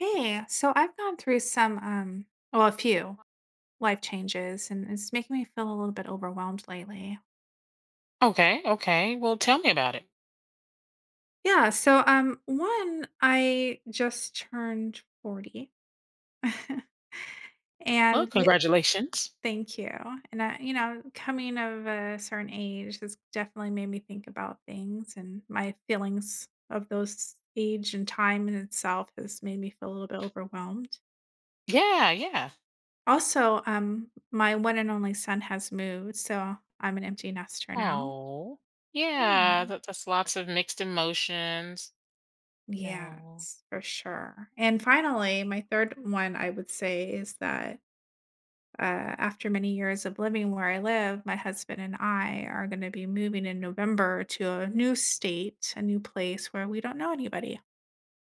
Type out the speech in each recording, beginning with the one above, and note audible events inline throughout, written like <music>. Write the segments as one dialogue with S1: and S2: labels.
S1: Hey, so I've gone through some, well, a few life changes, and it's making me feel a little bit overwhelmed lately.
S2: Okay, okay. Well, tell me about it.
S1: Yeah, so one, I just turned 40. <laughs>
S2: Well,
S1: and the,
S2: congratulations.
S1: thank you. And I coming of a certain age has definitely made me think about things, and my feelings of those age and time in itself has made me feel a little bit overwhelmed.
S2: Yeah, yeah.
S1: Also, my one and only son has moved, so I'm an empty nester now.
S2: Oh, yeah.
S1: Yeah.
S2: That's lots of mixed emotions. No.
S1: Yes, for sure. And finally, my 3rd one, I would say, is that after many years of living where I live, my husband and I are gonna be moving in November to a new state, a new place where we don't know anybody.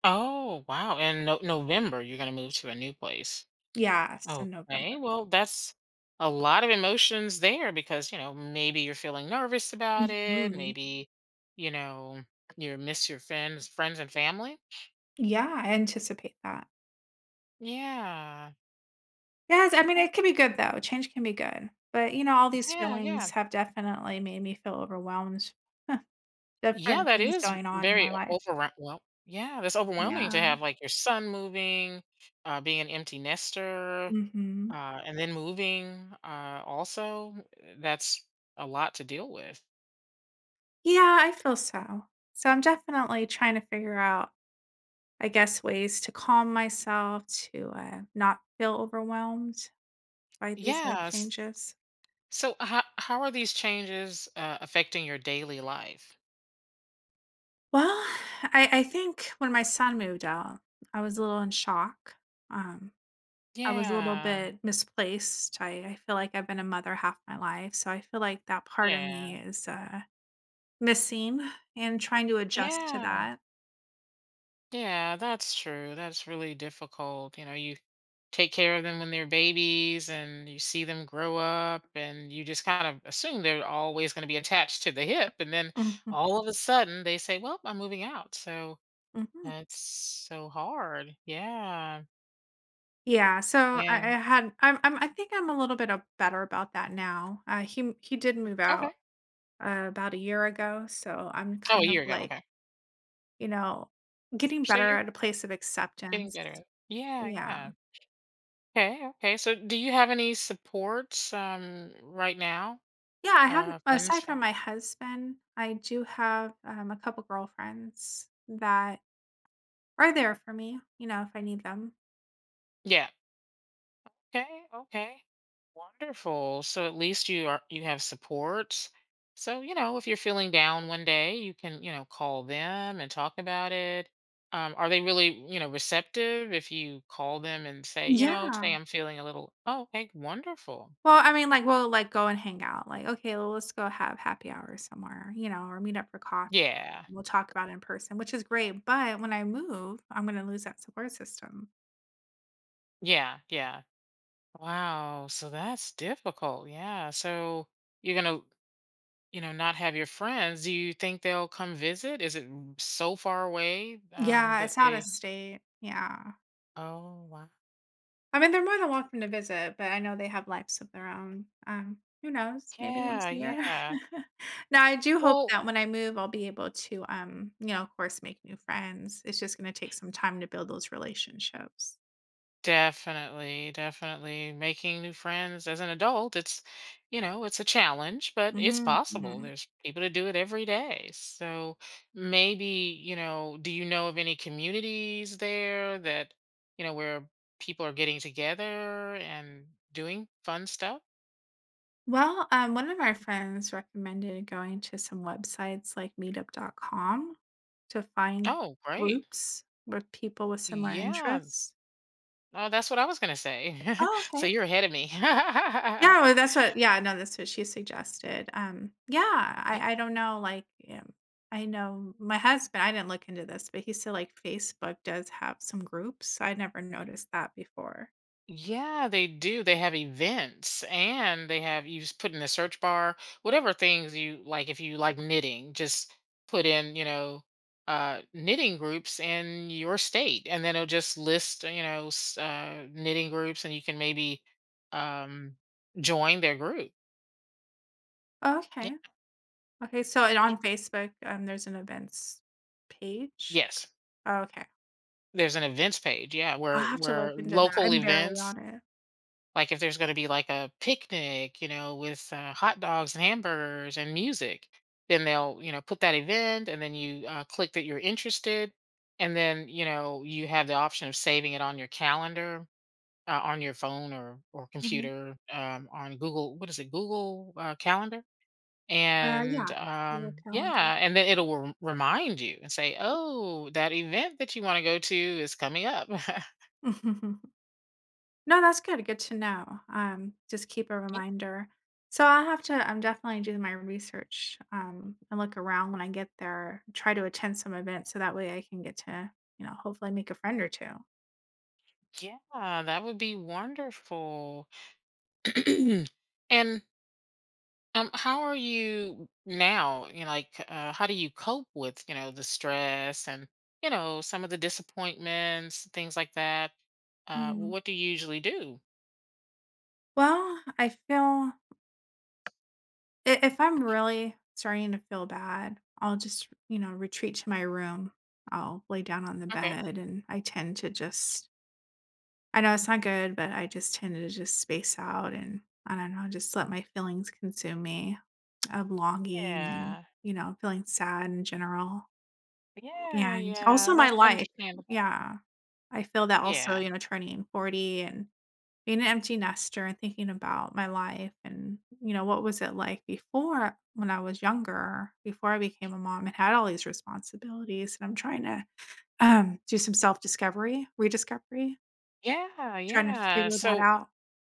S2: Oh, wow. And no, November, you're going to move to a new place.
S1: Yes, in
S2: Okay.
S1: November.
S2: Well, that's a lot of emotions there because, you know, maybe you're feeling nervous about it.
S1: Mhm.
S2: Maybe, you know, you miss your friends and family.
S1: Yeah, I anticipate that.
S2: Yeah.
S1: Yes, I mean,
S2: Oh,
S1: it can be good though, change can be good, but, you know, all these
S2: yeah,
S1: feelings
S2: yeah.
S1: have definitely made me feel overwhelmed. <laughs>
S2: Yeah,
S1: Different
S2: that
S1: things
S2: is
S1: going on in my
S2: very
S1: life.
S2: o well, yeah, that's overwhelming to
S1: Yeah.
S2: have, like, your son moving, being an empty nester,
S1: Mhm.
S2: uh, and then moving, also, that's a lot to deal with.
S1: Yeah, I feel so. So I'm definitely trying to figure out, I guess, ways to calm myself, to, not feel overwhelmed by these life
S2: Yes.
S1: changes.
S2: So how are these changes, affecting your daily life?
S1: Well, I think when my son moved out, I was a little in shock. um I was a little
S2: Yeah,
S1: bit misplaced. I feel like I've been a mother half my life, so I feel like that part of
S2: yeah,
S1: me is, missing and trying to adjust to
S2: yeah.
S1: that.
S2: Yeah, that's true. That's really difficult. You know, you take care of them when they're babies and you see them grow up, and you just kind of assume they're always going to be attached to the hip. And then
S1: Mhm,
S2: all of a sudden they say, well, I'm moving out. So
S1: mhm.
S2: that's so hard. Yeah.
S1: Yeah, so I
S2: And
S1: I had I'm I'm I think I'm a little bit, better about that now. He did move
S2: okay.
S1: out, about a year ago, so I'm
S2: Oh, a
S1: kind of
S2: year ago.
S1: like,
S2: Okay.
S1: you know, getting
S2: So
S1: better
S2: you're
S1: at a place of
S2: getting
S1: acceptance.
S2: better at it. Yeah.
S1: Yeah.
S2: Yeah. Okay. Okay. So do you have any supports right now?
S1: Yeah, I have,
S2: Friends?
S1: aside from my husband, I do have, a couple girlfriends that are there for me, you know, if I need them.
S2: Yeah. Okay, okay. Wonderful. So at least you have supports. So, you know, if you're feeling down one day, you can, you know, call them and talk about it. Are they really, you know, receptive if you call them and say, you know,
S1: Yeah.
S2: today I'm feeling a little, oh, okay, wonderful.
S1: Well, I mean, like, we'll, like, go and hang out, like, "Okay, well, let's go have happy hour somewhere," you know, or meet up for coffee.
S2: Yeah.
S1: We'll talk about it in person, which is great, but when I move, I'm gonna lose that support system.
S2: Yeah. Yeah. Wow. So that's difficult. Yeah. So you're going to, you know, not have your friends. Do you think they'll come visit? Is it so far away,
S1: Yeah,
S2: that
S1: it's out of
S2: they,
S1: state. Yeah.
S2: oh, wow.
S1: I mean, they're more than welcome to visit, but I know they have lives of their own. Who knows? Maybe
S2: Yeah,
S1: once a year.
S2: yeah.
S1: <laughs> Now, I do hope
S2: Well,
S1: that when I move, I'll be able to, you know, of course, make new friends. It's just going to take some time to build those relationships.
S2: definitely, definitely making new friends as an adult, it's, you know, it's a challenge, but it's possible.
S1: Mhm.
S2: There's people to do it every day. So maybe, you know, do you know of any communities there that, you know, where people are getting together and doing fun stuff?
S1: Well, one of our friends recommended going to some websites like meetup.com to find
S2: Oh, great.
S1: groups with people with similar
S2: Yeah.
S1: interests.
S2: Oh, that's what I was going to say. <laughs>
S1: Oh,
S2: So
S1: okay.
S2: you're ahead of me. <laughs>
S1: Yeah, no, that's what she suggested. Um, yeah,
S2: Yeah.
S1: I I don't know, like, yeah, I know my husband I didn't look into this, but he said, like, Facebook does have some groups. I never noticed that before.
S2: Yeah, they do. They have events, and they have, you just put in the search bar whatever things you like. If you like knitting, just put in, you know, knitting groups in your state, and then it'll just list, you know, knitting groups, and you can maybe um join their group.
S1: Oh,
S2: Yeah,
S1: okay. Okay, so and
S2: yeah.
S1: on Facebook, there's an events page?
S2: Yes.
S1: Oh, okay.
S2: There's an events page, yeah, where
S1: I'll have to look
S2: where
S1: into that.
S2: local
S1: I'm barely
S2: events,
S1: on it.
S2: like if there's going to be like a picnic, you know, with hot dogs and hamburgers and music, then they'll, you know, put that event, and then you, click that you're interested, and then, you know, you have the option of saving it on your calendar, on your phone or
S1: Mhm.
S2: computer, on Google, what is it, Google, Calendar. And
S1: Yeah, we'll calendar.
S2: yeah, and then it'll remind you and say, oh, that event that you want to go to is coming up. <laughs>
S1: <laughs> No, that's good, good to know, just keep a
S2: Yeah,
S1: reminder. So I'll have to, I'm definitely doing my research, and look around when I get there, try to attend some events so that way I can get to, you know, hopefully make a friend or 2.
S2: yeah, that would be wonderful. <clears throat> And how are you now? You know, like, how do you cope with, you know, the stress and, you know, some of the disappointments, things like that?
S1: Mm.
S2: What do you usually do?
S1: Well, I feel I if I'm really starting to feel bad, I'll just, you know, retreat to my room. I'll lay down on the
S2: Okay.
S1: bed, and I tend to just, I know it's not good, but I just tend to just space out and I don't know, just let my feelings consume me of longing and,
S2: Yeah.
S1: you know, feeling sad in general.
S2: Yeah.
S1: And
S2: Yeah.
S1: also my
S2: That's
S1: life.
S2: understandable.
S1: Yeah. I feel that also,
S2: Yeah.
S1: you know, turning 40 and being an empty nester and thinking about my life and, you know, what was it like before when I was younger, before I became a mom and had all these responsibilities. And I'm trying to, do some self discovery, rediscovery,
S2: Yeah.
S1: trying to
S2: Yeah.
S1: figure that
S2: So
S1: out.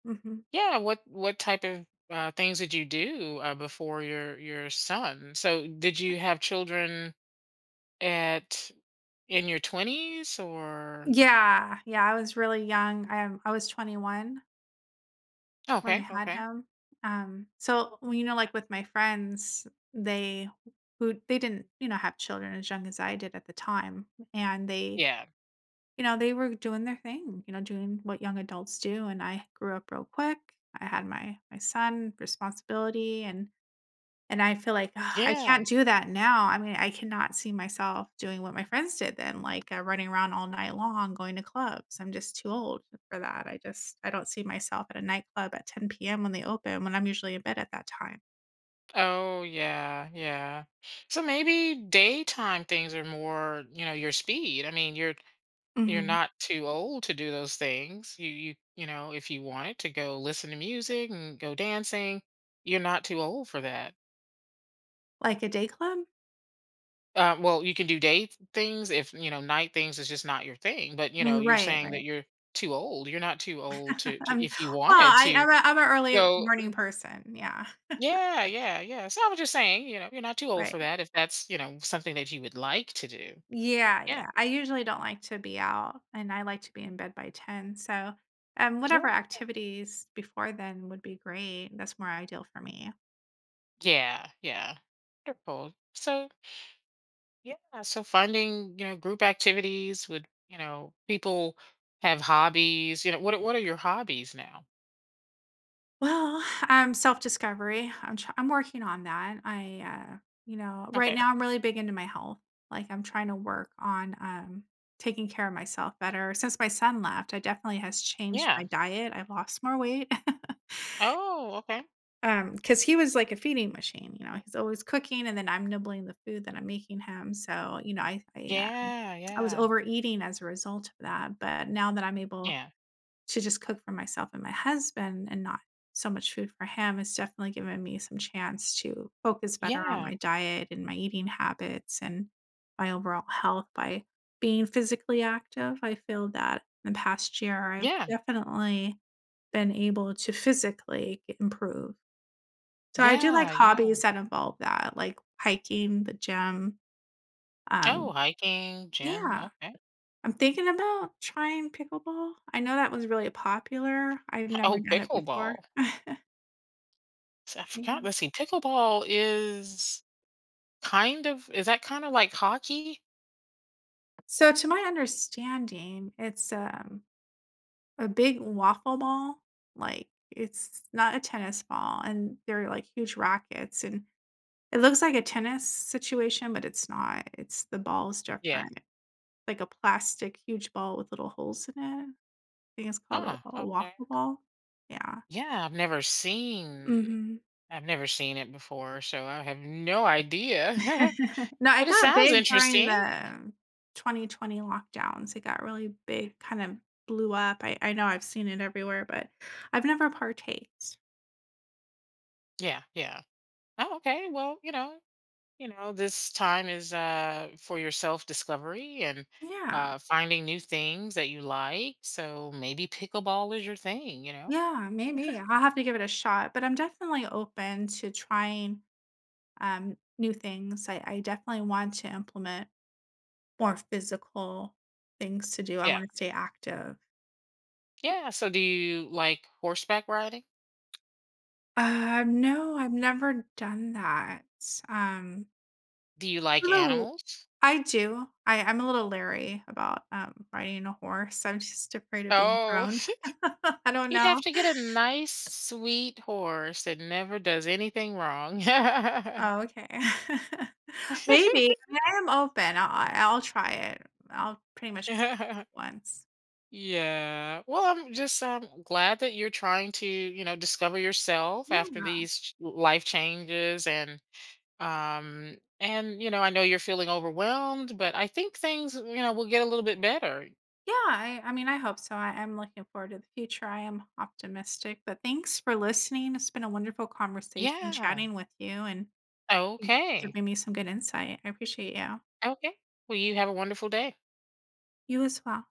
S1: Mhm.
S2: yeah, what type of things did you do before your son? So did you have children at in your twenties or?
S1: Yeah, yeah, I was really young, I am. I was 21 when I
S2: Okay,
S1: had
S2: okay.
S1: him, so, well, you know, like, with my friends, they they didn't, you know, have children as young as I did at the time, and they
S2: Yeah.
S1: you know, they were doing their thing, you know, doing what young adults do, and I grew up real quick. I had my son, responsibility. And I feel like, "Ugh, I
S2: Yeah.
S1: can't do that now." I mean, I cannot see myself doing what my friends did then, like, running around all night long, going to clubs. I'm just too old for that. I don't see myself at a nightclub at 10 p.m. when they open, when I'm usually in bed at that time.
S2: Oh, yeah, yeah. So maybe daytime things are more, you know, your speed. I mean, you're
S1: Mhm.
S2: not too old to do those things. You know, if you wanted to go listen to music and go dancing, you're not too old for that.
S1: Like a day club?
S2: Well, you can do day things if, you know, night things is just not your thing. But, you
S1: Mm,
S2: know, you're
S1: right,
S2: saying that
S1: right.
S2: you're too old. You're not too old
S1: <laughs>
S2: to,
S1: I'm
S2: to if you
S1: well,
S2: wanted
S1: I
S2: to
S1: I'm a I'm an early
S2: go.
S1: morning person, yeah,
S2: Yeah, yeah, yeah. So I was just saying, you know, you're not too old
S1: right.
S2: for that if that's, you know, something that you would like to do.
S1: Yeah,
S2: Yeah.
S1: yeah. I usually don't like to be out, and I like to be in bed by 10, so,
S2: Yeah.
S1: whatever activities before then would be great. That's more ideal for me.
S2: Yeah. Yeah. Wonderful. So yeah, so finding, you know, group activities with, you know, people have hobbies. You know, what are your hobbies now?
S1: Well, self-discovery. I'm working on that. Uh, you know, right
S2: Okay.
S1: now I'm really big into my health. Like, I'm trying to work on, taking care of myself better. Since my son left, I definitely has changed my
S2: Yeah.
S1: diet. I've lost more weight. <laughs>
S2: Oh, okay.
S1: Because he was like a feeding machine, you know, he's always cooking and then I'm nibbling the food that I'm making him, so, you know,
S2: Yeah,
S1: I was
S2: yeah.
S1: overeating as a result of that, but now that I'm able
S2: Yeah.
S1: to just cook for myself and my husband and not so much food for him, it's definitely given me some chance to focus better on
S2: Yeah.
S1: my diet and my eating habits and my overall health by being physically active. I feel that in the past year, I've
S2: Yeah.
S1: definitely been able to physically improve. So I do like
S2: Yeah. Yeah.
S1: hobbies that involve that, like hiking, the gym,
S2: Oh,
S1: um
S2: hiking, gym.
S1: yeah.
S2: Okay.
S1: I'm thinking about trying pickleball. I know that was really popular. I've
S2: <laughs>
S1: never
S2: Oh,
S1: done it before.
S2: pickleball.
S1: <laughs>
S2: So I
S1: Yeah.
S2: forgot. Let's see. Pickleball is that kinda like hockey?
S1: So to my understanding, it's, a big waffle ball, like, it's not a tennis ball, and they're, like, huge rackets, and it looks like a tennis situation, but it's not. It's the ball's
S2: Yeah.
S1: different, like a plastic huge ball with little holes in it. Think it's called a
S2: Huh,
S1: a
S2: okay.
S1: waffle ball? Yeah.
S2: Yeah, I've never seen
S1: Mhm.
S2: I've never seen it before, so I have no idea,
S1: <laughs> No,
S2: <laughs> but
S1: it
S2: it
S1: got
S2: sounds
S1: big during
S2: interesting.
S1: the 2020 lockdowns. It got really big, kind of blew up. I know I've seen it everywhere, but I've never partaked.
S2: Yeah, yeah. Oh, okay, well, you know, this time is, for your self-discovery, and,
S1: Yeah.
S2: finding new things that you like, so maybe pickleball is your thing, you know?
S1: Yeah, maybe. I'll have to give it a shot, but I'm definitely open to trying, new things. I definitely want to implement more physical things to do. I
S2: Yeah.
S1: wanna stay active.
S2: Yeah, so do you like horseback riding?
S1: No, I've never done that. Um,
S2: Do you
S1: a
S2: like
S1: little,
S2: animals?
S1: I do. I'm a little leery about, riding a horse. I'm just afraid of being
S2: Oh.
S1: thrown.
S2: <laughs>
S1: <laughs> I don't
S2: You'd have
S1: know.
S2: to get a nice, sweet horse that never does anything wrong. <laughs>
S1: Oh, okay. <laughs> Maybe. I mean, I am open. I'll try it. I'll pretty much try it
S2: <laughs>
S1: once.
S2: Yeah. Well, I'm just glad that you're trying to, you know, discover yourself
S1: Yeah.
S2: after these life changes, and you know, I know you're feeling overwhelmed, but I think things, you know, will get a little bit better.
S1: Yeah, I mean, I hope so. I'm looking forward to the future. I am optimistic, but thanks for listening. It's been a wonderful conversation
S2: Yeah.
S1: chatting with you and you
S2: Okay.
S1: giving me some good insight. I appreciate you.
S2: Okay. Well, you have a wonderful day.
S1: You as well.